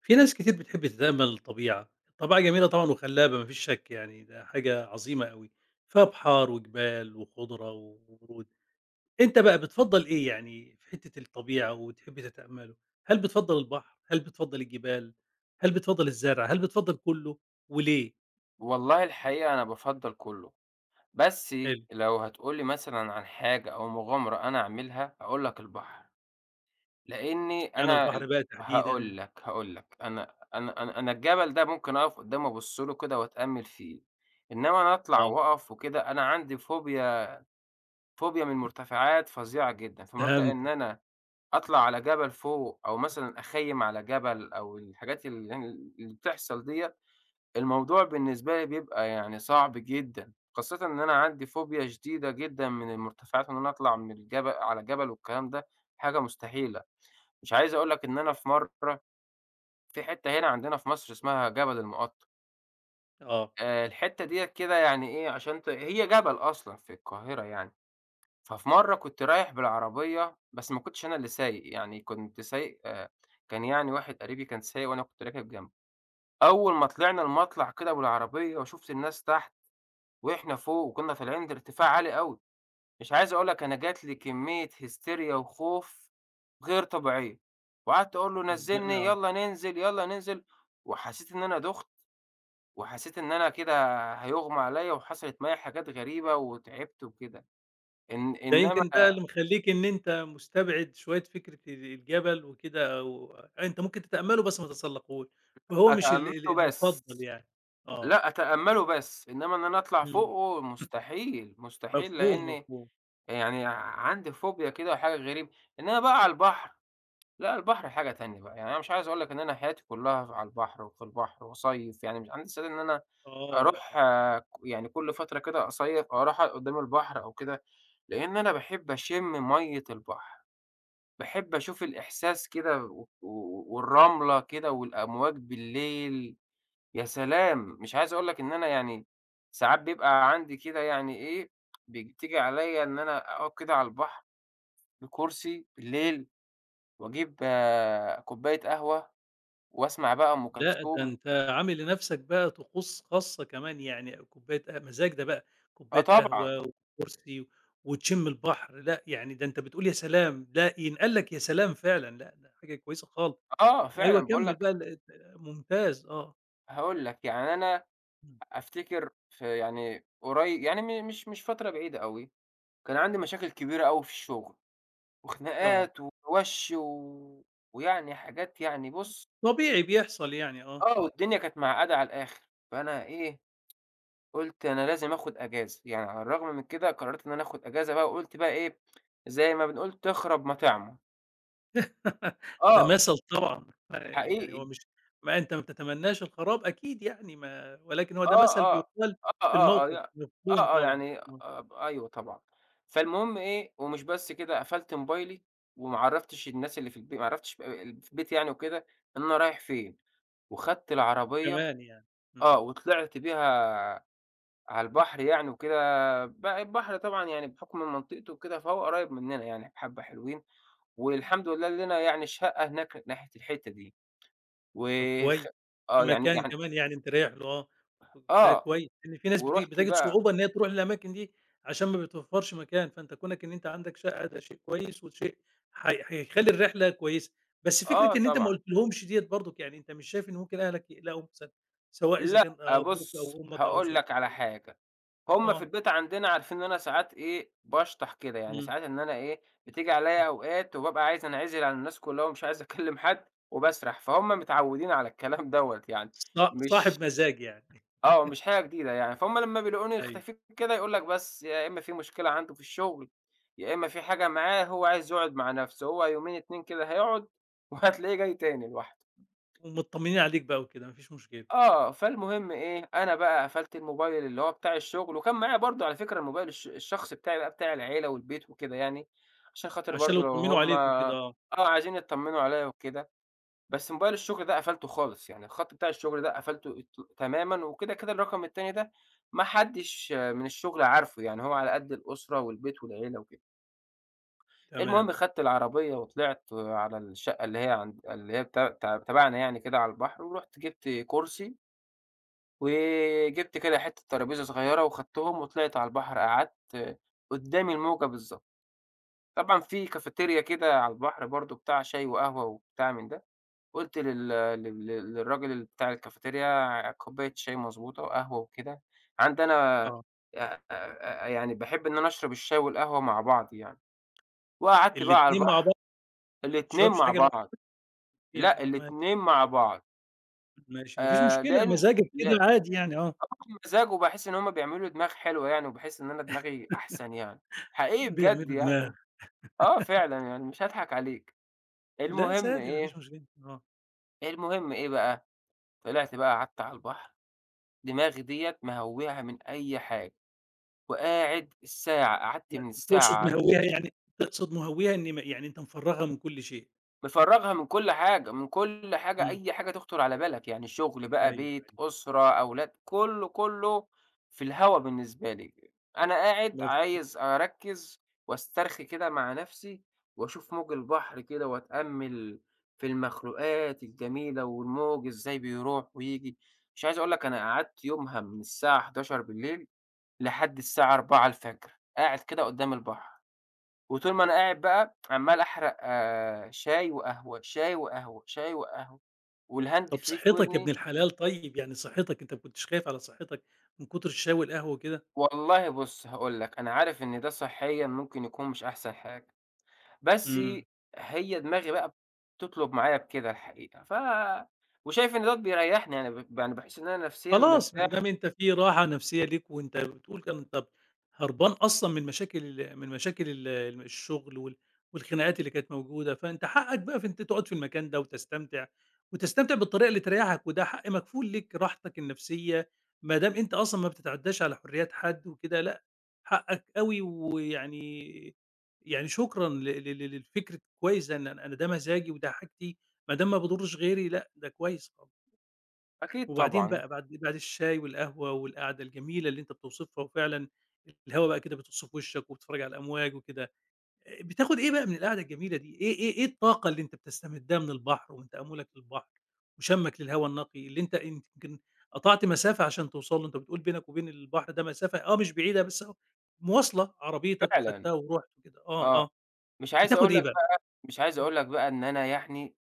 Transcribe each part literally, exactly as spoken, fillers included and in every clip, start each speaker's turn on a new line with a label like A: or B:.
A: في ناس كتير بتحب تتأمّل الطبيعة، الطبيعة جميلة طبعًا وخلّابة ما فيش شَك يعني، ده حاجة عظيمة أوي، فيها بحار وجبال وخُضرة وورود، أنت بقى بتفضّل إيه يعني في حتّة الطبيعة وتحب تتأمّله؟ هل بتفضّل البحر، هل بتفضّل الجبال، هل بتفضّل الزرع، هل بتفضّل كلّه وليه؟
B: والله الحقيقة أنا بافضّل كُلّه، بس
A: حلو،
B: لو هتقول لي مثلًا عن حاجة أو مغامرة أنا أعملها، هاقول لك البحر، لإني
A: اشمعنى
B: أنا
A: البحر
B: ال
A: بقى
B: هاقول
A: تحديدًا؟
B: لك، هاقول لك، أنا أنا أنا أنا الجبل ده ممكن أقف قدّامه أبُص له كده وأتأمّل فيه، إنّما أنا أطلع
A: آه،
B: وأقف وكده أنا عندي فوبيا فوبيا من المرتفعات فظيعة جدًا، فمبدأ إن
A: فهمتك،
B: أنا أطلع على جبل فوق أو مثلًا أخيّم على جبل أو الحاجات اللي يعني اللي بتحصل ديّة، الموضوع بالنسبة لي بيبقى يعني صعب جدًا، خاصةً إن أنا عندي فوبيا شديدة جدًا من المرتفعات، وإن أنا أطلع من الجبل على جبل والكلام ده حاجة مستحيلة. مش عايز أقول لك إن أنا في مرة في حتة هنا عندنا في مصر اسمها جبل المقطم،
A: آه.
B: آآ الحتة ديّة كده يعني إيه، عشان ت هي جبل أصلًا في القاهرة يعني. ففي مرة كنت رايح بالعربية، بس ما كنتش أنا اللي سايق، يعني كنت سايق آآ كان يعني واحد قريبي كان سايق وأنا كنت راكب جنبه. أول ما طلعنا المطلع كده بالعربية وشُفت الناس تحت وإحنا فوق وكنا طالعين عند ارتفاع عالي أوي، مش عايز أقول لك أنا جات لي كمية هستيريا وخوف غير طبيعية، وقعدت أقول له نزّلني، يالّا ننزل، يالّا ننزل، وحسيت إن أنا دُخت، وحسيت إن أنا كده هيُغمى عليَّ وحصلت معايا حاجات غريبة وتعبت وكده، إن
A: ده
B: إنما
A: يمكن ده اللي مخلّيك إن أنت مستبعد شوية فكرة ال الجبل وكده أو آه، أنت ممكن تتأمّله بس ما تتسلّقهوش، فهو مش ال ال
B: أتأمّله بس،
A: المُفضّل يعني. آه،
B: لأ أتأمّله بس، إنما إن أنا أطلع
A: إمم،
B: فوقه مستحيل، مستحيل
A: مفهوم،
B: لإن
A: مفهوم.
B: يعني عندي فوبيا كده وحاجة غريبة، إنما بقى على البحر لأ، البحر حاجة تانية بقى، يعني أنا مش عايز أقول لك إن أنا حياتي كلّها على البحر وفي البحر وأصيّف، يعني مش عندي استعداد إن أنا أروح
A: آه،
B: آه، ك- يعني كل فترة كده أصيّف أو أروح أقعد قدّام البحر أو كده، لإن أنا باحب أشم مَيّة البحر، باحب أشوف الإحساس كده و و والرملة كده والأمواج بالليل، يا سلام! مش عايز أقول لك إن أنا يعني ساعات بيبقى عندي كده يعني إيه، بتيجي عليّا إن أنا أقعد كده على البحر بكرسي بالليل وأجيب آه، كوباية قهوة وأسمع بقى أم
A: لأ ده
B: كلثوم
A: أنت عامل لنَفْسك بقى طقوس خاصة كمان يعني كوباية ق مزاج ده بقى،
B: آه
A: كوباية
B: طبعًا،
A: قهوة وكرسي وتشِم البحر، لأ يعني ده أنت بتقول يا سلام! لأ ينقال لك يا سلام فعلًا، لأ ده حاجة كويسة خالص.
B: آه فعلًا
A: أيوه
B: باقول
A: كمّل
B: لك
A: بقى ال ت ممتاز آه،
B: هاقول لك، يعني أنا
A: إمم،
B: أفتكر في يعني قريب يعني م مش مش فترة بعيدة أوي، كان عندي مشاكل كبيرة أوي في الشغل،
A: آه.
B: وخناقات ووَش و ويعني حاجات يعني بُص
A: طبيعي بيحصل يعني آه.
B: آه، والدنيا كانت معقدة على الآخر، فأنا إيه، قُلت أنا لازم آخد أجازة، يعني على الرغم من كده قررت إن أنا آخد أجازة بقى وقُلت بقى إيه، زي ما بنقول تخرب مطعمة،
A: ده
B: آه
A: مثل طبعًا، يعني هو
B: حقيقي.
A: مش ما أنت ما بتتمناش الخراب أكيد يعني ما ولكن هو ده
B: آه،
A: مثل
B: آه،
A: بيُقال
B: آه،
A: في
B: آه، آه،
A: الموقف،
B: يع آه،
A: مفهوم
B: آه،
A: طبعًا،
B: يعني
A: آه،
B: أب أيوه طبعًا. فالمهم إيه، ومش بس كده قفلت موبايلي وما عرّفتش الناس اللي في البي ما عرّفتش ب اللي في البيت يعني وكده إن أنا رايح فين، وخدت العربية
A: كمان يعني.
B: آه،
A: إمم.
B: وطلعت بيها على البحر يعني وكده، بقى البحر طبعًا يعني بحكم منطقتي وكده فهو قريب مننا يعني بحبة حلوين، والحمد لله لينا يعني شقة هناك ناحية الحتّة دي،
A: طب
B: وخ
A: كويس، في
B: آه، يعني
A: مكان
B: يعني
A: كمان يعني أنت رايح له آه، ده
B: آه،
A: كويس، لإن في ناس بت
B: ورُحت
A: بتجد
B: بقى
A: صعوبة إن هي تروح للأماكن دي عشان ما بتوفّرش مكان، فأنت كونك إن أنت عندك شقة ده شيء كويس وشيء حي هيخلّي الرحلة كويسة، بس
B: آه
A: فكرة إن أنت ما
B: طبعًا.
A: قُلتلهمش ديّة برضُك يعني أنت مش شايف إن ممكن أهلك يقلقوا مثلًا، سواء إذا
B: لأ،
A: كان أبوك
B: بُص
A: أو أمك أو
B: هاقول لك
A: زوجتك
B: على
A: أو
B: حاجة، هُم في
A: آه،
B: البيت عندنا عارفين إن أنا ساعات إيه، باشطح كده، يعني
A: إمم،
B: ساعات إن أنا إيه، بتيجي عليّا
A: إمم،
B: أوقات وبابقى عايز أنعزل عن الناس كلها ومش عايز أكلم حد وباسرح، فهُم متعودين على الكلام دوّة يعني،
A: ص
B: مش
A: صاحب مزاج يعني
B: آه، مش حاجة جديدة يعني، فهُم لمّا بيلاقوني
A: أيوه،
B: اختفيت كده يقول لك بس يا إمّا في مشكلة عنده في الشغل، يا إمّا في حاجة معاه هو عايز يقعد مع نَفْسه، هو يومين اتنين كده هيقعد وهتلاقيه جاي تاني لوحده.
A: ومطمنين عليك بقى وكده ما فيش مشكلة،
B: آه، فالمهم إيه، أنا بقى قفلت الموبايل اللي هو بتاع الشغل، وكان معايا برضه على فكرة الموبايل الش الشخصي بتاعي بقى بتاع العيلة والبيت وكده يعني، عشان
A: آه،
B: خاطر
A: عشان لو
B: برضه لو
A: اتطمنوا
B: هُم
A: عليك وكده
B: آه،
A: آه،
B: عايزين يتطمنوا عليَّ وكده، بس موبايل الشغل ده قفلته خالص، يعني الخط بتاع الشغل ده قفلته ت تمامًا، وكده، كده الرقم التاني ده ما حدش آه، من الشغل عارفه، يعني هو على قد الأسرة والبيت والعيلة وكده.
A: تمام،
B: المهم خدت العربية وطلعت على الشقة اللي هي عند اللي هي بتا ت تبعنا يعني كده على البحر، ورُحت جبت كرسي وجِبت كده حتّة ترابيزة صغيّرة وخدتهم وطلعت على البحر قعدت قدّام الموجة بالضبط. طبعًا في كافتيريا كده على البحر برضه بتاع شاي وقهوة وبتاع من ده، قُلت لل لل للراجل اللي بتاع الكافتيريا كوباية شاي مضبوطة وقهوة وكده، عندي أنا
A: آه،
B: آآ آآ يعني باحب إن أنا أشرب الشاي والقهوة مع بعض يعني، وقعدت بقى على
A: الاتنين مع
B: البحر
A: ما
B: الاتنين
A: بتشربش
B: مع
A: حاجة
B: بعض،
A: لوحدك فين
B: لأ
A: آه ماشي،
B: الاتنين مع بعض
A: ماشي، ما فيش
B: آآ
A: مشكلة
B: لإن
A: مزاجك
B: ل
A: كده عادي يعني آه،
B: بمزاج وباحس إن هم بيعملوا لي دماغ حلوة يعني، وباحس إن أنا دماغي أحسن يعني، حقيقي بجد
A: بيعملوا
B: يعني،
A: دماغ،
B: آه فعلًا يعني مش هاضحك عليك،
A: لأ
B: المهم
A: عادي ما فيش
B: إيه،
A: مشكلة، آه،
B: المهم إيه بقى، طلعت بقى قعدت على البحر، دماغي ديّة مهوّية من أي حاجة، وقاعد الساعة، قعدت
A: يعني
B: من
A: تقصد
B: الساعة
A: مهوّيها يعني تقصد مهوّيها إن م يعني أنت مفرّغها من كل شيء،
B: مفرّغها من كل حاجة، من كل حاجة
A: إمم،
B: أي حاجة تخطر على بالك، يعني شغل
A: أيوه،
B: بقى، بيت،
A: أيوه،
B: أسرة، أولاد، كلّه، كلّه في الهوا بالنسبة لي. أنا قاعد
A: مف
B: عايز أركّز واسترخي كده مع نَفْسي وأشوف موج البحر كده وأتأمّل في المخلوقات الجميلة والموج إزاي بيروح وييجي. مش عايز أقول لك أنا قعدت يومها من الساعة الحداشر بالليل لحد الساعة أربعة صباحًا قاعد كده قُدّام البحر. وطول ما أنا قاعد بقى عمّال أحرق آآ شاي وقهوة، شاي وقهوة، شاي وقهوة، والهاند
A: طب
B: فري في
A: صحتك يا ابن
B: ودني،
A: الحلال طيب، يعني صحتك أنت ما كنتش خايف على صحتك من كتر الشاي والقهوة وكده؟
B: والله بُص هاقول لك، أنا عارف إن ده صحيًا ممكن يكون مش أحسن حاجة، بس
A: إمم.
B: هي دماغي بقى بتطلب معايا بكده الحقيقة، ف وشايف إن دوّة بيريحني يعني ب يعني باحس إن أنا نفسيًا
A: خلاص ما دام
B: مرتاح
A: أنت في راحة نفسية ليك وأنت بتقول كان أنت هربان أصلًا من مشاكل ال من مشاكل ال الشغل وال والخناقات اللي كانت موجودة، فأنت حقك بقى في أنت تقعد في المكان ده وتستمتع، وتستمتع بالطريقة اللي تريحك وده حق مكفول ليك راحتك النفسية، ما دام أنت أصلًا ما بتتعداش على حريات حد وكده لأ، حقك أوي ويعني يعني شكرًا ل ل ل للفكر كويس ده إن أنا أنا ده مزاجي وده حاجتي ما دام ما باضرش غيري لأ، ده كويس خالص.
B: أكيد
A: وبعدين
B: طبعًا،
A: بقى بعد بعد الشاي والقهوة والقعدة الجميلة اللي أنت بتوصفها وفعلًا الهوا بقى كده بيطُس في وشّك وبتتفرّج على الأمواج وكده، آآ بتاخُد إيه بقى من القعدة الجميلة دي؟ إيه إيه إيه الطاقة اللي أنت بتستمدّها من البحر وتأمُّلك للبحر وشَمّك للهوا النقي اللي أنت أنت يمكن قطعت مسافة عشان توصل له، أنت بتقول بينك وبين البحر ده مسافة آه مش بعيدة بس أهو مواصلة، عربيتك
B: فعلًا،
A: وخدتها ورُحت وكده، آه،
B: آه،
A: آه،
B: مش عايز
A: بتاخُد
B: أقول
A: إيه
B: لك
A: بقى؟
B: بقى مش عايز أقول لك بقى إن أنا يعني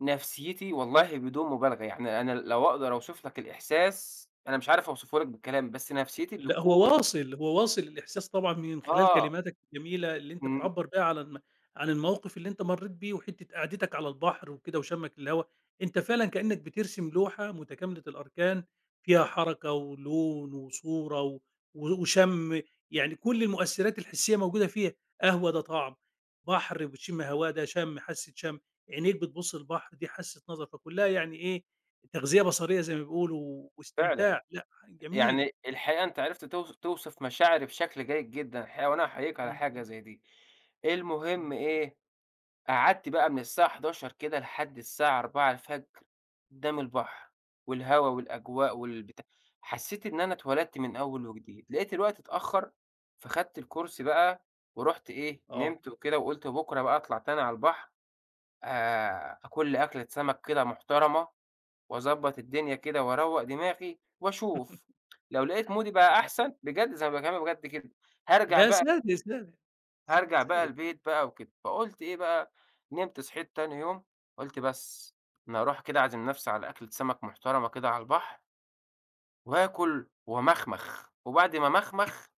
B: نفسيتي والله بدون مبالغة، يعني أنا لو أقدر أوصف لك الإحساس، أنا مش عارف أوصفه لك بالكلام، بس نفسيتي
A: لأ هو
B: بتكون
A: واصل، هو واصل الإحساس طبعًا من خلال
B: آه،
A: كلماتك الجميلة اللي أنت
B: إمم،
A: بتعبّر بيها على الم عن الموقف اللي أنت مرّيت بيه وحتّة قعدتك على البحر وكده وشمّك الهوا، أنت فعلًا كإنّك بترسم لوحة متكاملة الأركان فيها حركة ولون وصورة و و- وشَم، يعني كل المؤثِّرات الحسّية موجودة فيها، قهوة ده طَعم، بحر بتشِم هواه ده شَم، حاسّة شَم، عينيك بتبُص للبحر دي حاسّة نَظَر، فكُلّها يعني إيه، تغذية بصرية زي ما بيقولوا
B: فعلًا،
A: واستمتاع، لأ ح جميل.
B: يعني الحقيقة أنت عرفت توص توصف مشاعري بشكل جيد جدًا الحقيقة، وأنا أحييك على
A: إمم.
B: حاجة زي دي. المهم
A: إمم،
B: إيه، قعدت بقى من الساعة الحداشر كده لحد الساعة أربعة قدّام البحر، والهوا والأجواء والبتاع، حسّيت إن أنا اتولدت من أول وجديد، لقيت الوقت اتأخّر، فخدت الكرسي بقى ورُحت إيه،
A: آه،
B: نمت وكده وقُلت بُكرة بقى أطلع تاني على البحر، آآ آكُل لي أكلة سمك كده محترمة وأضبّط الدنيا كده وأروّق دماغي وأشوف، لو لقيت مودي بقى
A: لأ،
B: أحسن بجد زي ما باكلمك بجد كده، هارجع
A: لأ
B: بقى
A: سادة، سادة، س
B: هارجع بقى
A: سادة،
B: البيت بقى وكده، فقُلت إيه بقى، نمت صحيت تاني يوم، قُلت بس أنا هاروح كده أعزم نفسي على أكلة سمك محترمة كده على البحر وآكل وأمخمخ، وبعد ما أمخمخ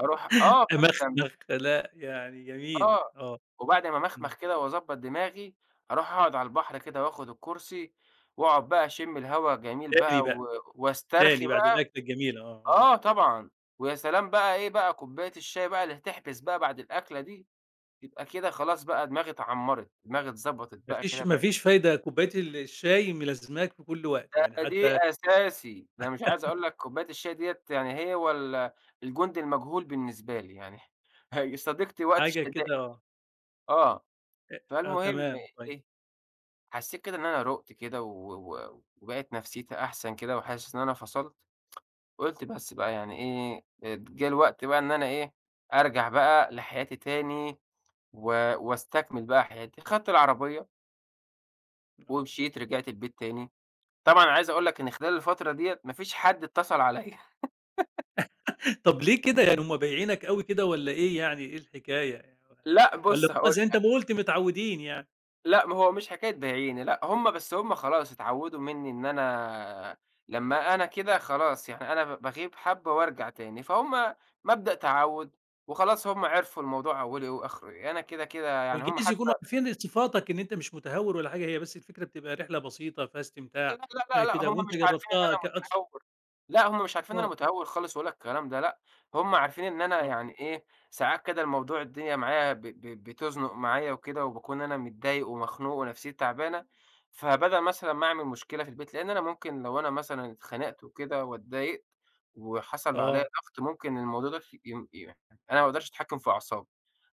B: أروح آه فعلًا،
A: مخمخ لأ، يعني جميل،
B: آه،
A: آه،
B: وبعد ما أمخمخ
A: إمم،
B: كده وأضبّط دماغي، أروح أقعد على البحر كده وآخد الكرسي وأقعد بقى أشم الهوا الجميل بقى
A: تاني بقى،
B: و واسترخي
A: تاني بعد
B: بقى
A: الأكلة الجميلة آه، آه،
B: آه طبعًا، ويا سلام بقى إيه بقى كوباية الشاي بقى اللي هتحبس بقى بعد الأكلة دي. يبقى كده خلاص بقى دماغي اتعمّرت، دماغي اتضبطت
A: ما
B: بقى كده
A: فيش ما
B: بقت
A: فيش فايدة كوباية ال الشاي ملازماك في كل وقت، يعني
B: بقى دي
A: حتى
B: أساسي، ده مش عايز أقول لك كوباية الشاي ديّة يعني هي وال الجندي المجهول بالنسبة لي يعني هي صديقتي وقت
A: حاجة
B: الشدائد
A: كده آه،
B: آه،
A: أ آه
B: فالمهم
A: تمام، طيب،
B: إيه، حسّيت كده إن أنا رُقت كده و و وبقت نفسيتي أحسن كده وحاسس إن أنا فصلت، قُلت بس بقى يعني إيه، اد جه الوقت بقى إن أنا إيه، أرجع بقى لحياتي تاني و واستكمل بقى حياتي، خدت العربية
A: آه،
B: ومشيت رجعت البيت تاني. طبعًا عايز أقول لك إن خلال الفترة ديّة ما فيش حد اتصل عليَّ.
A: طب ليه كده يعني هم بايعينك أوي كده والّا إيه يعني، إيه الحكاية
B: لأ
A: والّا
B: بُص
A: هم
B: هاقول
A: زي أنت
B: لك،
A: ما قُلت متعودين يعني؟
B: لأ ما هو مش حكاية بايعيني لأ، هم بس هم خلاص اتعودوا منّي إن أنا لمّا أنا كده خلاص، يعني أنا ب باغيب حبّة وارجع تاني، فهُم مبدأ تعوُّد وخلاص هم عرفوا الموضوع أوّله وآخره إيه، أنا كده، كده يعني هم
A: وجايز
B: حتّى
A: يكونوا عارفين صفاتك إن أنت مش متهور ولا حاجة، هي بس الفكرة بتبقى رحلة بسيطة فيها
B: لأ،
A: استمتاع،
B: لأ، لأ،
A: فيها
B: لأ،
A: كده
B: هم
A: وأنت
B: مش عارفين إن
A: جرّبتها
B: أنا
A: كأقصى
B: متهور، لأ، هم مش عارفين إن أنا
A: آه،
B: متهور خالص ولا الكلام ده لأ، هم عارفين إن أنا يعني إيه، ساعات كده الموضوع الدنيا معايا ب ب بتزنُق معايا وكده، وباكون أنا متضايق ومخنوق ونفسيتي تعبانة، فبدل مثلًا ما أعمل مشكلة في البيت لإن أنا ممكن لو أنا مثلًا اتخانقت وكده واتضايقت
A: آه،
B: وحصل عليّا
A: آه،
B: ضغط ممكن الموضوع ده ف يم ي أنا ما باقدرش أتحكم في أعصابي،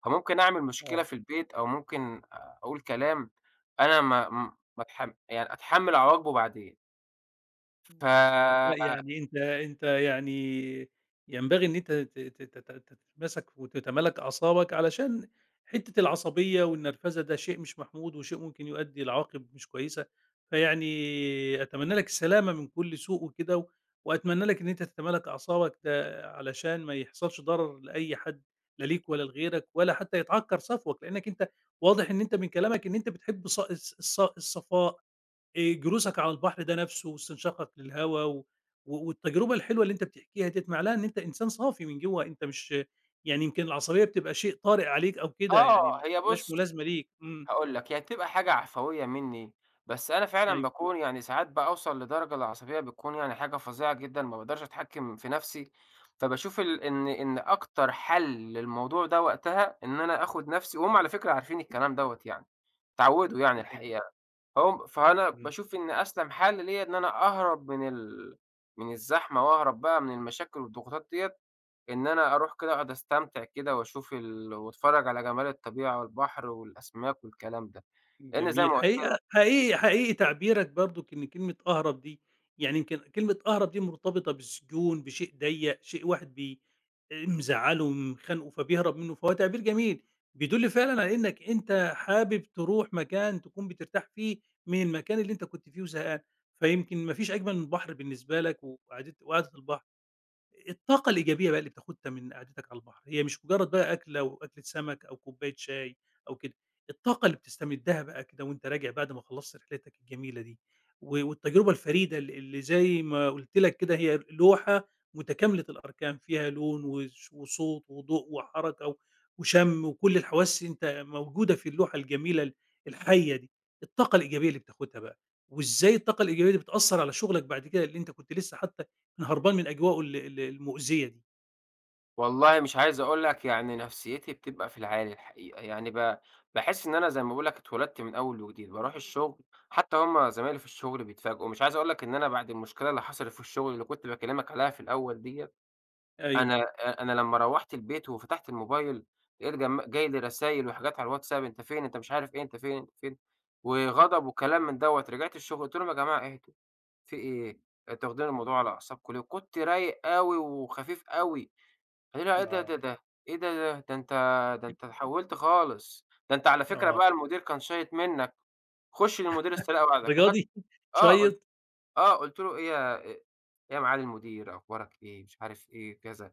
B: فممكن أعمل مشكلة
A: آه.
B: في البيت أو ممكن أقول كلام أنا ما م ما اتحم يعني أتحمّل عواقبه بعدين.
A: إمم، لأ،
B: ف
A: لأ يعني أنت أنت يعني ينبغي إن أنت ت ت تت تتمسك وتتمالك أعصابك علشان حتّة العصبية والنرفزة ده شيء مش محمود وشيء ممكن يؤدي لعواقب مش كويسة، فيعني أتمنى لك السلامة من كل سوء وكده و وأتمنى لك إن أنت تتمالك أعصابك ده علشان ما يحصلش ضرر لأي حد لا ليك ولا لغيرك ولا حتّى يتعكّر صفوَك، لإنّك أنت واضح إن أنت من كلامك إن أنت بتحب ص الص الص الصفاء. آآ جلوسك على البحر ده نفسه واستنشاقك للهوا و و- والتجربة الحلوة اللي أنت بتحكيها ديّة مع لها إن أنت إنسان صافي من جوّه، أنت مش يعني يمكن العصبية بتبقى شيء طارئ عليك أو كده
B: آه،
A: يعني ما
B: هي
A: بتبقاش
B: بُص
A: ملازمة ليك. إمم،
B: هاقول لك، هي بتبقى حاجة عفوية منّي، بس أنا فعلًا
A: أيوه،
B: باكون يعني ساعات باوصل لدرجة العصبية بتكون يعني حاجة فظيعة جدًا، ما باقدرش أتحكّم في نَفْسي، فباشوف ال إن إن أكتر حَل للموضوع ده وقتها إن أنا آخُد نَفْسي وهُم على فكرة عارفين الكلام دوّة يعني، اتعوّدوا يعني
A: أيوه،
B: الحقيقة. فهُم فأنا
A: إمم.
B: باشوف إن أسلم حَل ليّا إن أنا أهرب من ال من الزحمة وأهرب بقى من المشاكل والضغوطات ديّة إن أنا أروح كده أقعد أستمتع كده وأشوف ال وأتفرّج على جمال الطبيعة والبحر والأسماك والكلام ده، لإن زي
A: جميل.
B: ما قُلت
A: حقيقة
B: لك
A: حقيقي حقيقي تعبيرك برضُك إن كلمة أهرب دي يعني يمكن كلمة أهرب دي مرتبطة بالسجون، بشيء ضيّق، شيء واحد بي آآ مزعّله ومخانقه فبيهرب منّه، فهو تعبير جميل، بيدُل فعلًا على إنّك أنت حابب تروح مكان تكون بترتاح فيه من المكان اللي أنت كنت فيه وزهقان، فيمكن ما فيش أجمل من البحر بالنسبة لك وقعدت وقعدة البحر. الطاقة الإيجابية بقى اللي بتاخدها من قعدتك على البحر، هي مش مجرد بقى أكلة وأكلة سمك أو كوباية شاي أو كده، الطاقة اللي بتستمدها بقى كده وأنت راجع بعد ما خلصت رحلتك الجميلة دي، و والتجربة الفريدة ال اللي زي ما قلت لك كده هي لوحة متكاملة الأركان، فيها لون وش وصوت وضوء وحركة و وشم وكل الحواس أنت موجودة في اللوحة الجميلة ال الحية دي، الطاقة الإيجابية اللي بتاخدها بقى، وإزاي الطاقة الإيجابية دي بتأثّر على شغلك بعد كده اللي أنت كنت لسه حتى أنا هربان من أجواءه ال ال المؤذية دي.
B: والله مش عايز أقول لك يعني نفسيتي بتبقى في العالي الحقيقة، يعني ب باحس إن أنا زي ما باقول لك اتولدت من أول وجديد، باروح الشغل حتى هُم زمايلي في الشغل بيتفاجئوا، مش عايز أقول لك إن أنا بعد المشكلة اللي حصلت في الشغل اللي كنت باكلمك عليها في الأول ديّة،
A: أيوه،
B: أنا أ أنا لمّا روّحت البيت وفتحت الموبايل، لقيت جم جاي لي رسايل وحاجات على الواتساب أنت فين، أنت مش عارف إيه، أنت فين، أنت فين، وغضب وكلام من دوّة. رجعت الشغل قُلت لهم: "يا جماعة اهدوا، في إيه، أنتم واخدين الموضوع على أعصابكم ليه؟" وكنت رايق أوي وخفيف أوي. قالوا لي: "إيه ده، ده،
A: آه.
B: ده، إيه ده، ده، ده أنت ده أنت اتحوّلت خالص، ده أنت على فكرة
A: آه،
B: بقى المدير كان شايط منّك، خُش للمدير استلقى بعدك."
A: للدرجة
B: دخلت
A: دي!
B: آه، قُلت
A: شيّط،
B: آه، قُلت له: "إيه يا إيه يا معالي المدير، أخبارك إيه، مش عارف إيه،" كذا.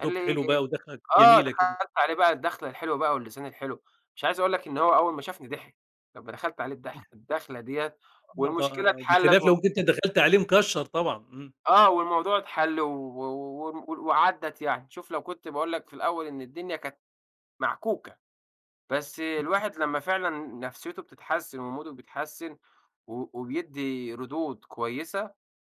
B: قال لي
A: حلو بقى ودخلة
B: آه،
A: جميلة كده.
B: دخلت عليه بقى الدخلة الحلوة بقى واللسان الحلو، مش عايز أقول لك إن هو أول ما شافني ضحك، لمّا دخلت عليه الدخ الدخلة ديّة
A: آه ط
B: والمشكلة اتحلّت
A: بخلاف
B: و
A: لو كنت دخلت عليه مكشّر طبعًا، إمم،
B: آه، والموضوع اتحل و و وعدّت يعني، شوف لو كنت باقول لك في الأول إن الدنيا كانت معكوكة، بس الواحد لمّا فعلًا نفسيته بتتحسّن وموده بيتحسّن و وبيدّي ردود كويسة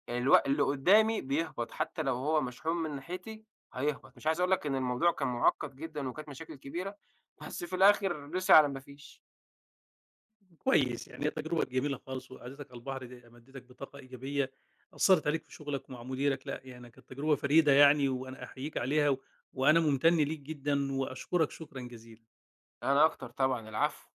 B: الو اللي قدّامي بيهبط، حتى لو هو مشحون من ناحيتي هيهبط، مش عايز أقول لك إن الموضوع كان مُعقّد جدًا وكانت مشاكل كبيرة، بس في الآخر رسي على ما فيش.
A: كويس يعني هي تجربة جميلة خالص وقعدتك على البحر دي مدّتك بطاقة إيجابية، أثّرت عليك في شغلك ومع مديرك، لأ يعني كانت تجربة فريدة يعني وأنا أحييك عليها، و... وأنا ممتن ليك جدًا وأشكرك شكرًا جزيلًا.
B: أنا أكتر طبعًا، العفو.